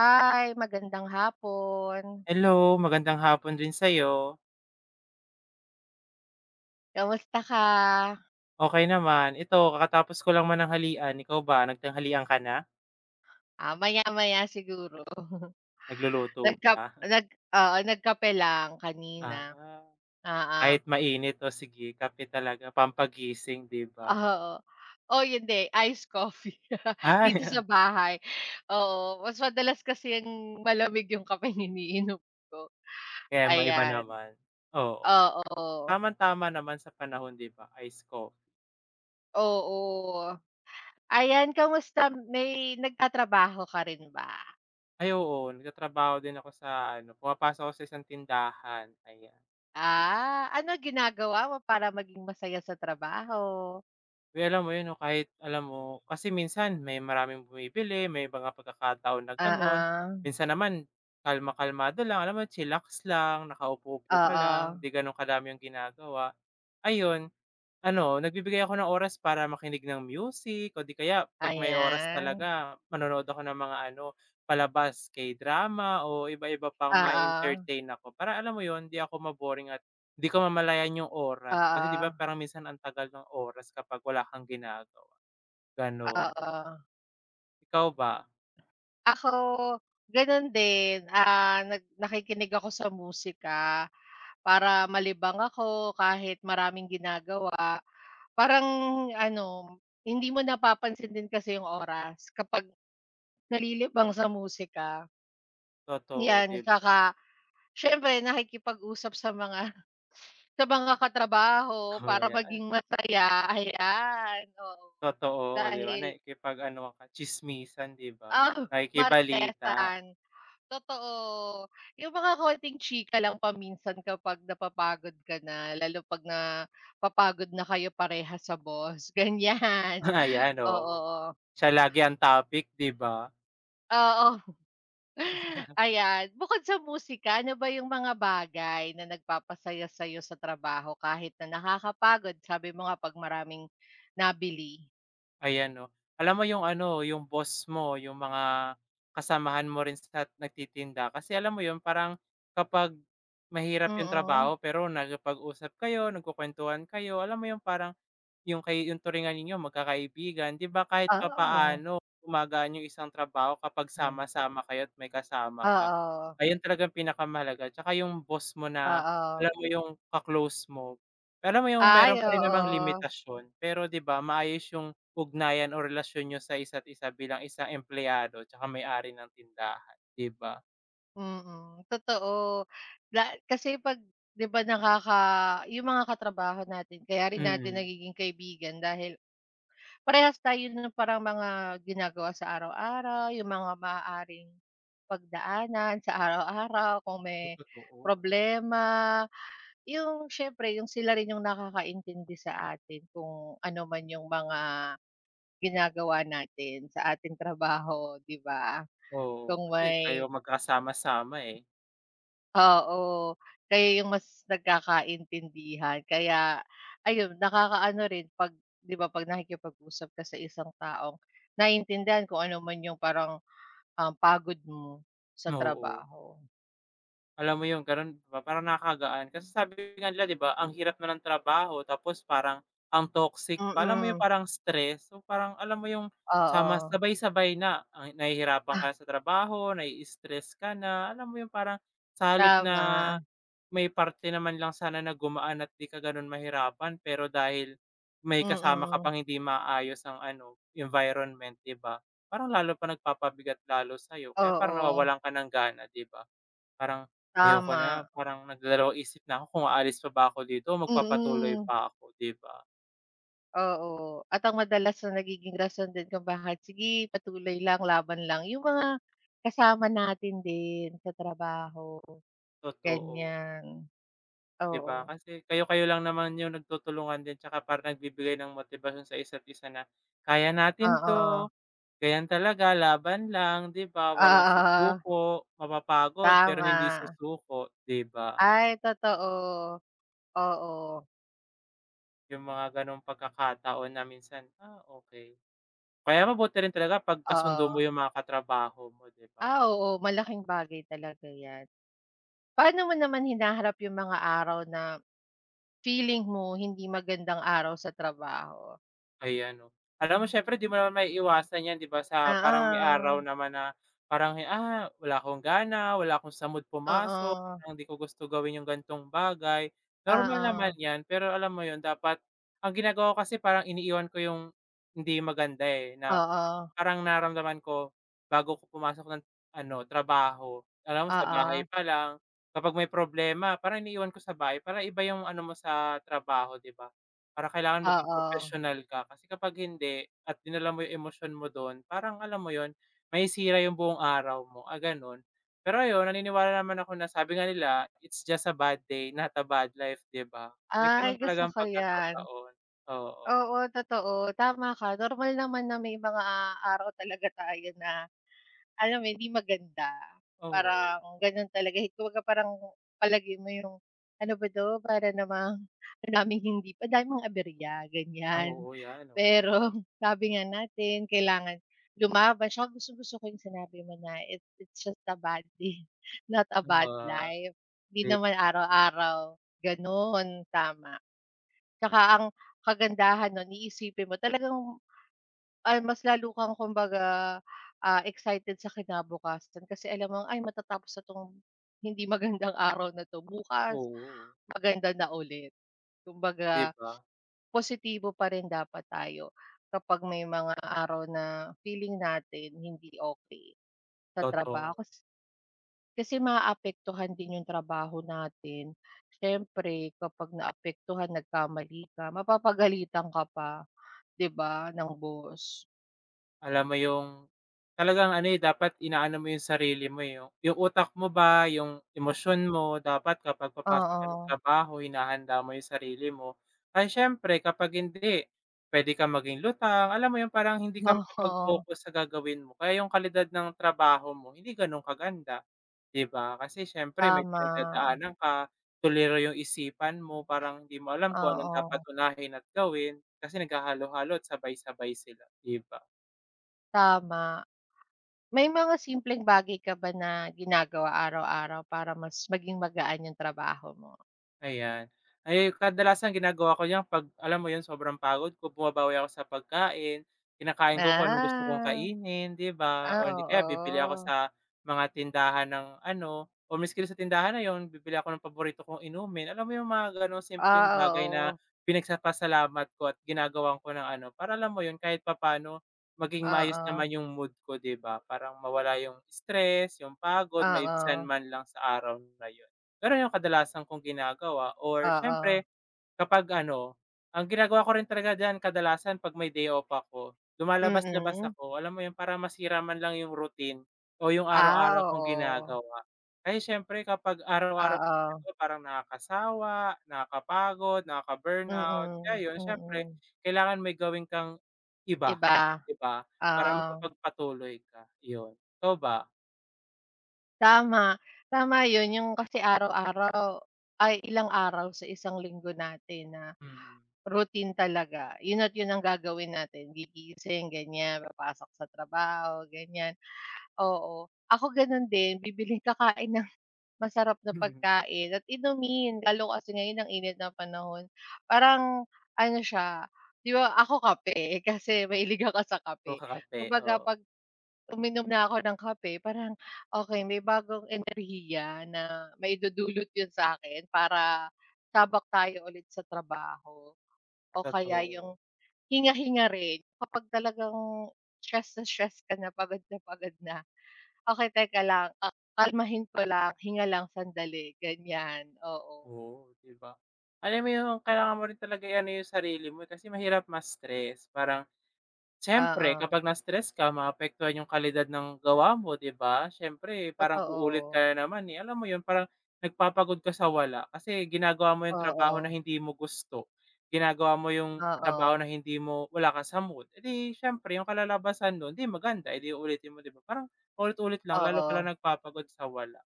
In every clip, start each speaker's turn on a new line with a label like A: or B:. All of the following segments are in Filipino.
A: Hi, magandang hapon.
B: Hello, magandang hapon din sa'yo.
A: Kamusta ka?
B: Okay naman. Ito, kakatapos ko lang mananghalian. Ikaw ba, nagtanghalian ka na?
A: Ah, maya-maya siguro.
B: Nagluluto
A: Nagkap
B: pa?
A: nag oo, nagkape lang kanina,
B: Ah,
A: oo.
B: kahit mainit, o sige kape talaga pampagising, 'di ba?
A: Oo. Oy, hindi, iced coffee
B: Ay,
A: dito sa bahay. Oo, mas madalas kasi yung malamig yung kapeng iniinom ko,
B: kaya maiba
A: ayan.
B: naman. Oo,
A: Oo,
B: tamang-tama naman sa panahon, 'di ba, ice coffee.
A: oo. Ayan, kamusta, may nagtatrabaho ka rin ba?
B: Ay oo, nagtatrabaho din ako sa ano, pumapasok ako sa isang tindahan, ayan.
A: Ah, ano ginagawa mo para maging masaya sa trabaho?
B: Uy, alam mo 'yun 'no, kahit alam mo kasi minsan may maraming bumibili, may mga pagkakataon na gano'n.
A: Oo.
B: Minsan naman kalma-kalmado lang, alam mo chillax lang, nakaupo-upo ka lang,
A: Oo,
B: 'di gano'n kadami yung ginagawa. Ayun, ano, nagbibigay ako ng oras para makinig ng music o di kaya 'pag may oras
A: ayan.
B: talaga manonood ako ng mga ano, palabas, K-drama o iba-iba pang
A: Oo,
B: ma-entertain ako. Para alam mo yon di ako ma-boring at di ko mamalayan yung oras. Kasi 'di ba
A: oo,
B: parang minsan ang tagal ng oras kapag wala kang ginagawa, gano'n.
A: oo.
B: Ikaw ba?
A: Ako gano'n din, ah, nakikinig ako sa musika para malibang ako kahit maraming ginagawa. Parang ano, hindi mo napapansin din kasi yung oras kapag nalilibang sa musika.
B: Totoo,
A: 'Yan,
B: 'di ba?
A: 'tsaka siyempre nakikipag-usap sa mga katrabaho
B: Oh,
A: para
B: yeah.
A: maging masaya, ayan, oo.
B: Totoo, 'di ba
A: Dahil,
B: nakikipag-ano ka, tsismisan, 'di ba?
A: ah,
B: Nakikibalita.
A: maritesan, totoo. Yung mga konting chika lang paminsan kapag napapagod ka na, lalo 'pag napapagod na kayo parehas sa boss, ganyan.
B: Ayan, oo.
A: Oo,
B: Siya lagi ang topic, 'di ba?
A: oo. Ayan, bukod sa musika, ano ba yung mga bagay na nagpapasaya sa'yo sa trabaho kahit na nakakapagod? Sabi mo nga 'pag maraming nabili.
B: Ayan 'no. Alam mo yung ano, yung boss mo, yung mga kasamahan mo rin sa nagtitinda kasi alam mo yun parang kapag mahirap yung
A: Mm.
B: trabaho pero nakipag-usap kayo, nagkukuwentuhan kayo, alam mo yung parang yung yung turingan ninyo magkakaibigan, 'di ba kahit
A: Oo,
B: papaano gumagaan yung isang trabaho kapag
A: hmm.
B: sama-sama kayo at may kasama ka.
A: Oo,
B: Ayun talagang pinakamahalaga tsaka yung boss mo na
A: oo.
B: alam mo yung ka-close mo, alam mo yung
A: Ay,
B: meron pa rin namang
A: oo.
B: limitasyon pero 'di ba maayos yung ugnayan o relasyon niyo sa isa't isa bilang isang empleyado tsaka may-ari ng tindahan, 'di ba?
A: Mm, totoo. La kasi 'pag 'di ba nakaka yung mga katrabaho natin kaya rin natin
B: Mm.
A: nagiging kaibigan dahil parehas tayo ng parang mga ginagawa sa araw-araw, yung mga maaaring pagdaanan sa araw-araw, kung
B: Oh,
A: may
B: totoo.
A: problema, yung siyempre yung sila rin yung nakakaintindi sa atin kung ano man yung mga ginagawa natin sa ating trabaho, 'di ba?
B: Oo,
A: Kung
B: kasi kayo
A: may
B: magkasama-sama, eh.
A: oo, kayo yung mas nagkakaintindihan kaya ayun, nakakaano rin 'pag 'di ba 'pag nakikipag-usap ka sa isang taong naiintindihan kung ano man yung parang, pagod mo sa
B: Oo.
A: trabaho.
B: Alam mo 'yun, gano'n, 'di ba, parang nakakagaan kasi sabi nga nila, 'di ba, ang hirap na ng trabaho tapos parang ang toxic pa, alam mo 'yung
A: Mm,
B: parang stress. So, parang alam mo 'yung sama
A: oo.
B: sabay-sabay na, ang nahihirapan
A: Ah,
B: ka sa trabaho, nai-stress ka na, alam mo 'yung parang sa halip na
A: Tama,
B: may parte naman lang sana na gumaan at 'di ka gano'n mahirapan pero dahil may kasama ka
A: mm.
B: pang hindi maayos ang ano, environment, 'di ba, parang lalo pa nagpapabigat lalo sa'yo kaya parang
A: Oo,
B: nawawalan ka ng gana, 'di ba? Parang ayoko na,
A: tama.
B: parang nagdadalawang isip na ako kung aalis pa ba ako dito o magpapatuloy
A: Mm.
B: pa ako, 'di ba?
A: Oo, at ang madalas na nagiging rason din kung bakit, "Sige patuloy lang, laban lang," yung mga kasama natin din sa trabaho,
B: Totoo,
A: ganyan.
B: 'di ba?
A: Oo,
B: Kasi kayo-kayo lang naman yung nagtutulungan din tsaka parang nagbibigay ng motibasyon sa isa't isa na, "Kaya natin
A: oo,
B: 'to, ganyan talaga, laban lang." 'Di ba? Walang
A: oo,
B: susuko, mapapagod pero hindi
A: tama.
B: susuko, 'di ba?
A: Ay totoo, oo,
B: Yung mga gano'ng pagkakataon na minsan, ah, okey. Kaya mabuti rin talaga 'pag kasundo mo
A: oo.
B: yung mga katrabaho mo, 'di ba?
A: Ah, oo, malaking bagay talaga 'yan. Paano mo naman hinaharap yung mga araw na feeling mo hindi magandang araw sa trabaho?
B: Ayan 'no. Alam mo siyempre 'di mo naman maiiwasan 'yan 'di ba sa parang may araw
A: Oo,
B: naman na parang, ah, wala akong gana, wala akong sa mood pumasok,
A: oo,
B: parang hindi ko gusto gawin yung ganitong bagay. Normal naman
A: oo,
B: 'yan, pero alam mo 'yun dapat ang ginagawa ko kasi parang iniiwan ko yung hindi maganda, eh, na
A: oo.
B: parang naramdaman ko bago ko pumasok ng ano trabaho, alam mo sa bahay
A: Oo,
B: pa lang kapag may problema parang iniiwan ko sa bahay para iba yung ano mo sa trabaho 'di ba? Para kailangan maging
A: oo.
B: professional ka kasi kapag hindi at dinala mo yung emosyon mo dun parang alam mo yun, masisira yung buong araw mo, ah, ganun. Pero ayun naniniwala naman ako na sabi nga nila, "It's just a bad day, not a bad life," 'di ba? May
A: Ay
B: ganun
A: gusto
B: talagang
A: ko 'yan.
B: pagkakataon, oo,
A: Oo, totoo, tama ka, normal naman na may mga araw talaga tayo na alam mo 'yun, hindi maganda.
B: oo,
A: Parang gano'n talaga, eh, kumbaga parang palagay mo yung ano ba 'to, para namang ang daming hindi, ang daming mga aberya, ganiyan.
B: oo, yan, oo.
A: Pero sabi nga natin kailangan lumaban, tsaka gustong-gusto ko yung sinabi mo na it's just a bad day, not a bad
B: Oo.
A: life. Hindi
B: Di
A: naman araw-araw gano'n, tama. Tsaka ang kagandahan nun iisipin mo talagang, ah, mas lalo kang kumbaga, ah, excited sa kinabukasan kasi alam mong, "Ay, matatapos na 'tong hindi magandang araw na 'to, bukas
B: oo,
A: maganda na ulit."
B: 'di
A: Kumbaga
B: ba?
A: positibo pa rin dapat tayo kapag may mga araw na feeling natin hindi okay sa trabaho
B: Totoo.
A: kasi maapektuhan din yung trabaho natin. Siyempre kapag naapektuhan, nagkamali ka, mapapagalitan ka pa. 'Di ba, ng boss.
B: Alam mo yung talagang ano, eh, dapat inaano mo yung sarili mo, eh, yung utak mo ba, yung emosyon mo, dapat kapag papasok ka ng
A: Oo,
B: trabaho hinahanda mo yung sarili mo. Ay siyempre kapag hindi, puwede kang maging lutang, alam mo yun parang hindi ka
A: oo,
B: makapag-focus sa gagawin mo, kaya yung kalidad ng trabaho mo hindi gano'n kaganda. 'Di ba? Kasi siyempre may
A: tama,
B: pinagdadaanan ka, tuliro yung isipan mo, parang hindi mo alam kung anong dapat
A: oo,
B: unahin at gawin, kasi naghahalo-halo at sabay-sabay sila, 'di ba?
A: tama. May mga simpleng bagay ka ba na ginagawa araw-araw para mas maging magaan yung trabaho mo?
B: Ayan. Ay, kadalasan ginagawa ko 'yan 'pag alam mo 'yun, sobrang pagod ko, bumabawi ako sa pagkain, kinakain ko kung anong gusto kong
A: Ah,
B: kainin, 'di ba?
A: ah,
B: O hindi kaya bibili ako
A: oo.
B: sa mga tindahan ng ano, o maski sa tindahan na 'yun, bibili ako ng paborito kong inumin. Alam mo 'yung mga gano'ng simpleng
A: Ah,
B: bagay na
A: oo,
B: pinagsapasalamat ko at ginagawan ko ng ano, para alam mo 'yun, kahit papaano maging maayos
A: oo,
B: naman 'yung mood ko, 'di ba? Parang mawala 'yung stress, 'yung pagod, maibsan
A: oo,
B: man lang sa araw na 'yun. Gano'n yung kadalasan kong ginagawa or
A: oo,
B: siyempre kapag ano, ang ginagawa ko rin talaga diyan kadalasan 'pag may day off ako, lumalabas-labas
A: mm.
B: ako, alam mo yun, para masira man lang yung routine o yung
A: Ah,
B: araw-araw kong
A: oo,
B: ginagawa. Kasi siyempre kapag araw-araw kong
A: oo,
B: ginagawa, parang nakakasawa, nakakapagod, nakaka-burnout, kaya
A: mm,
B: yun siyempre
A: mm.
B: kailangan may gawin kang iba,
A: Iba,
B: 'di ba, para
A: oo.
B: makapagpatuloy ka, yun. Ikaw ba?
A: Tama, tama yun yung kasi araw-araw ay ilang araw sa isang linggo natin na
B: Mm.
A: routine talaga yun at yun ang gagawin natin, gigising ganyan, papasok sa trabaho ganyan, oo. Ako ganun din, bibili, kakain ng masarap na pagkain at inumin lalo kasi ngayon ang init na panahon, parang ano siya, 'di ba ako kape kasi mahilig ako sa
B: O,
A: kape,
B: kakape,
A: kumbaga
B: oo,
A: 'pag uminom na ako ng kape parang, okey, may bagong enerhiya na maidudulot yun sa'kin para tabak tayo ulit sa trabaho. O kaya
B: totoo.
A: yung hinga-hinga rin kapag talagang stress na stress ka na, pagod na pagod na, okey, teka lang, ah, kalmahin ko lang, hinga lang sandali ganyan, oo.
B: Oo, 'di ba? Alam mo yung kailangan mo rin talaga i-ano yung sarili mo, eh, kasi mahirap ma-stress. Parang siyempre
A: Oo,
B: kapag na-stress ka maapektuhan yung kalidad ng gawa mo, 'di ba? Siyempre parang uulit ka
A: totoo.
B: na naman, eh. Alam mo yun, parang nagpapagod ka sa wala kasi ginagawa mo yung trabaho na
A: Oo,
B: hindi mo gusto, ginagawa mo yung trabaho na
A: oo,
B: hindi mo wala ka sa mood. Eh, 'di siyempre yung kalalabasan nun 'di maganda, eh, 'di uulitin mo, 'di ba? Parang ulit ulit lang lalo ka lang
A: oo,
B: nagpapagod sa wala.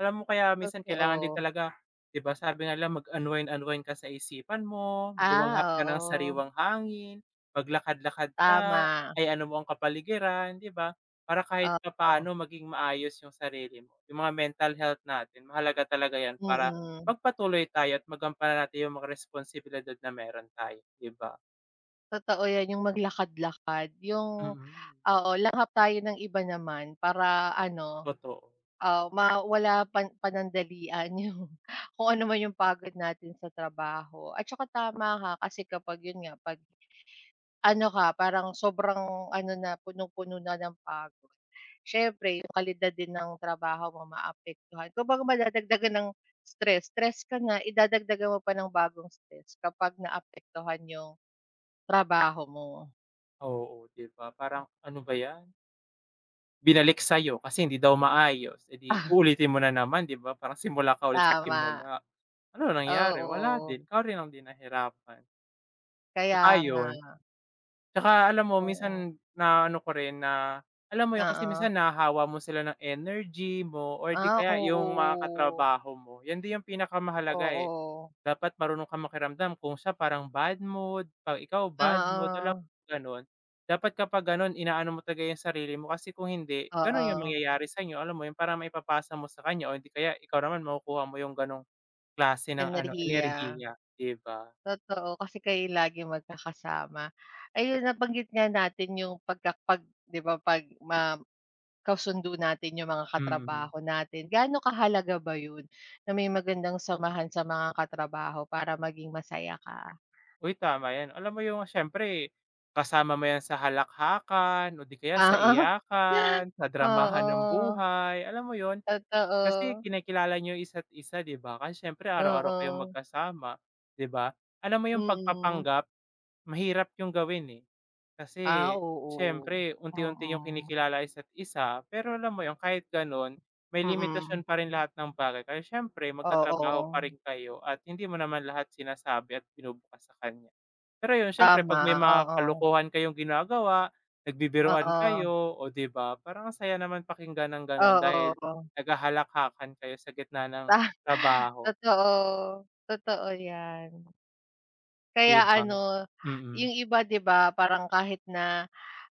B: Alam mo kaya minsan kailangan din
A: totoo.
B: talaga, 'di ba sabi nga nila mag-unwind-unwind ka sa isipan mo,
A: Ah,
B: lumanghap ka ng
A: oo,
B: sariwang hangin, maglakad-lakad ka,
A: tama,
B: ay ano mo ang kapaligiran, 'di ba? Para kahit papaano
A: oo.
B: maging maayos yung sarili mo. Yung mga mental health natin mahalaga talaga 'yan para
A: Mm,
B: magpatuloy tayo at magampanan natin yung mga responsibilidad na meron tayo, 'di ba?
A: totoo 'yan yung maglakad-lakad, yung
B: Mm,
A: oo, langhap tayo ng iba naman para ano,
B: totoo.
A: ah, mawala pan panandalian yung kung ano man yung pagod natin sa trabaho. At saka tama ka kasi kapag yun nga, 'pag ano ka parang sobrang ano na, punong-puno na ng pagod, siyempre yung kalidad din ng trabaho mo maapektuhan. Kung kumbaga madadagdagan ng stress, stress ka na, idadagdagan mo pa ng bagong stress kapag naapektuhan yung trabaho mo.
B: Oo, 'di ba parang ano ba 'yan? Binalik sa'yo kasi hindi daw maayos, eh, di
A: Ah,
B: uulitin mo na naman 'di ba parang simula ka ulit sa
A: tama.
B: simula. Ano nangyari? Wala
A: Oo,
B: din, ikaw rin din nahirapan.
A: kaya
B: Tsaka
A: nga.
B: yun, tsaka alam mo
A: Oo.
B: minsan naano ko rin na, alam mo yun kasi
A: Oo.
B: minsan nahahawa mo sila ng energy mo or di
A: Ah,
B: kaya yung mga
A: oo.
B: katrabaho mo, yan din yung pinakamahalaga, eh.
A: Oo.
B: Dapat marunong kang makiramdam kung siya parang bad mood, pag ikaw bad mood, alam
A: Oo.
B: mo gano'n. Dapat kapag gano'n inaano mo talaga 'yung sarili mo kasi kung hindi, gano'n 'yung
A: Oo,
B: mangyayari sa'yo, alam mo 'yun, parang maipapasa mo sa kanya o hindi kaya ikaw naman makukuha mo 'yung gano'ng klase ng ano,
A: enerhiya.
B: enerhiya, 'di ba?
A: Totoo, kasi kayo laging magkakasama. Ayun, nabanggit nga natin yung pagka 'pag 'di ba 'pag ma kasundo natin yung mga
B: Mm.
A: katrabaho natin. Gaano kahalaga ba yun na may magandang samahan sa mga katrabaho para maging masaya ka?
B: Uy, tama 'yan. Alam mo 'yung siyempre kasama mo 'yan sa halakhakan o di kaya sa
A: Oo,
B: iyakan, sa dramahan ng
A: oo,
B: buhay, alam mo 'yun? Kasi
A: totoo.
B: kinakilala niyo isa't isa, 'di ba? Kasi siyempre araw-araw kayong
A: Oo,
B: magkasama, 'di ba? Alam mo yung
A: mm.
B: pagpapanggap, mahirap yung gawin, eh.
A: Ah,
B: Kasi
A: oo.
B: siyempre unti-unti yung
A: Oo,
B: kinikilala isa't isa, pero alam mo yung kahit gano'n, may
A: mm.
B: limitasyon pa rin lahat ng bagay kasi siyempre magkatrabaho
A: Oo,
B: pa rin kayo at hindi mo naman lahat sinasabi at binubukas sa kanya. Pero yun siyempre 'pag
A: tama,
B: may mga
A: oo.
B: kalokohan kayong ginagawa, nagbibiruan
A: Oo,
B: kayo o 'di ba, parang ang saya naman pakinggan ng gano'n dahil
A: oo.
B: naghahalakhakan kayo sa gitna ng
A: Ta
B: trabaho,
A: totoo, totoo 'yan.
B: 'di
A: Kaya
B: ba?
A: ano,
B: Mm,
A: yung iba 'di ba, parang kahit na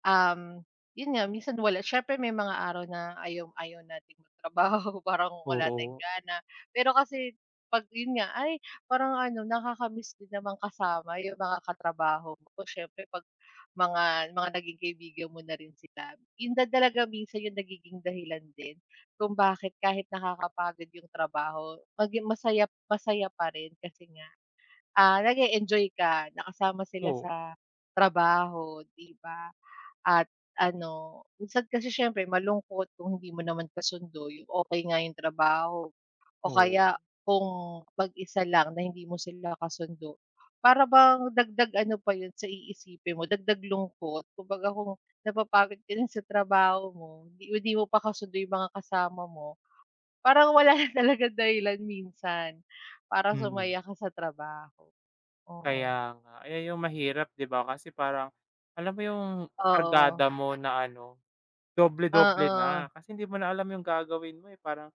A: Um, yun nga minsan wala siyempre may mga araw na ayaw ayaw nating magtrabaho, parang wala tayong
B: oo.
A: gana. Pero kasi 'pag yun nga, ay parang ano, nakaka-miss din namang kasama yung mga katrabaho mo. Siyempre 'pag mga naging kaibigan mo na rin sila. Yun na talaga minsan yung nagiging dahilan din kung bakit kahit nakakapagod yung trabaho, mag masaya masaya pa rin kasi nga, ah, nag enjoy ka, nakasama sila
B: Oo,
A: sa trabaho, 'di ba? At ano, minsan kasi syempre malungkot kung hindi mo naman kasundo yung okey nga yung trabaho o
B: oo,
A: kaya kung mag-isa lang na hindi mo sila kasundo, para bang dagdag ano pa yun sa iisipin mo, dagdag lungkot. Kumbaga kung napapagod ka na sa trabaho mo, hindi hindi mo pa kasundo yung mga kasama mo, parang wala na talagang dahilan minsan para
B: mm.
A: sumaya ka sa trabaho. Oo.
B: Kaya nga, ayan yung mahirap 'di ba kasi parang, alam mo yung
A: Oo.
B: kargada mo na ano, doble-doble
A: Oo.
B: na kasi hindi mo na alam yung gagawin mo, eh, parang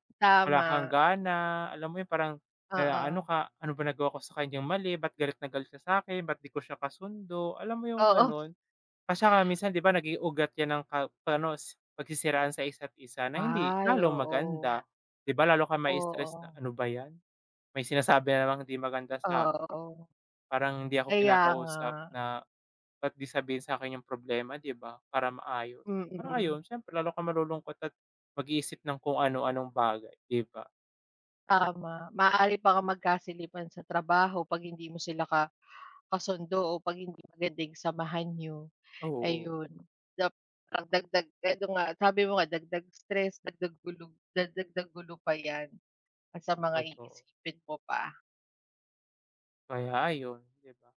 B: wala kang
A: Tama.
B: gana, alam mo yun parang na,
A: Oo.
B: ano ka, "Ano ba nagawa ko sa kanyang mali, ba't galit na galit siya sa'kin, ba't 'di ko siya kasundo?" Alam mo yung
A: Oo.
B: gano'n? Kasi saka minsan 'di ba naging ugat yan ng ka ano, pagsisiraan sa isa't isa na hindi
A: Ay,
B: lalo
A: oo.
B: maganda. 'Di ba lalo kang mai-stress na,
A: Oo,
B: "Ano ba 'yan, may sinasabi na namang hindi maganda sa'kin."
A: oo.
B: Parang hindi ako
A: Kaya nga.
B: kinakausap na ba't 'di sabihin sa'kin yung problema 'di ba, para maayos. Parang
A: Mm,
B: ayun siyempre lalo kang malulungkot at mag-iisip ng kung ano-anong bagay 'di ba?
A: tama. Maaari pa kang magkasilipan sa trabaho 'pag hindi mo sila kasundo o 'pag hindi maganda yung samahan niyo,
B: Oo, oo,
A: ayun. Dap ang dagdag eto nga, sabi mo nga, dagdag stress, dagdag gulo, dagdag gulo pa 'yan, at sa mga
B: totoo.
A: iisipin mo pa.
B: Kaya ayun, 'di ba?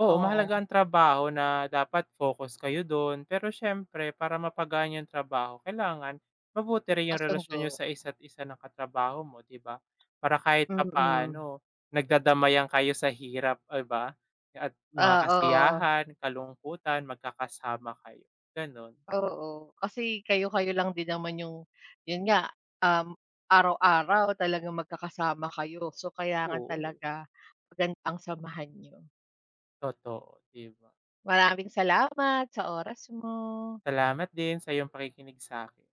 B: Oo,
A: Oo,
B: mahalaga ang trabaho na dapat focus kayo dun, pero siyempre para mapagaan yung trabaho kailangan mabuti rin yung relasyon niyo
A: kasundo.
B: sa isa't isa ng katrabaho mo, 'di ba? Para kahit
A: Mm,
B: papaano nagdadamayan kayo sa hirap, 'di ba? At mga
A: oo.
B: kasiyahan, kalungkutan, magkakasama kayo, ganun.
A: Oo, kasi kayo-kayo lang din naman yung yun nga, um, araw-araw talagang magkakasama kayo. So, kailangan
B: Oo.
A: talaga maganda ang samahan niyo.
B: Totoo, 'di ba?
A: Maraming salamat sa oras mo.
B: Salamat din sa iyong pakikinig sa'kin.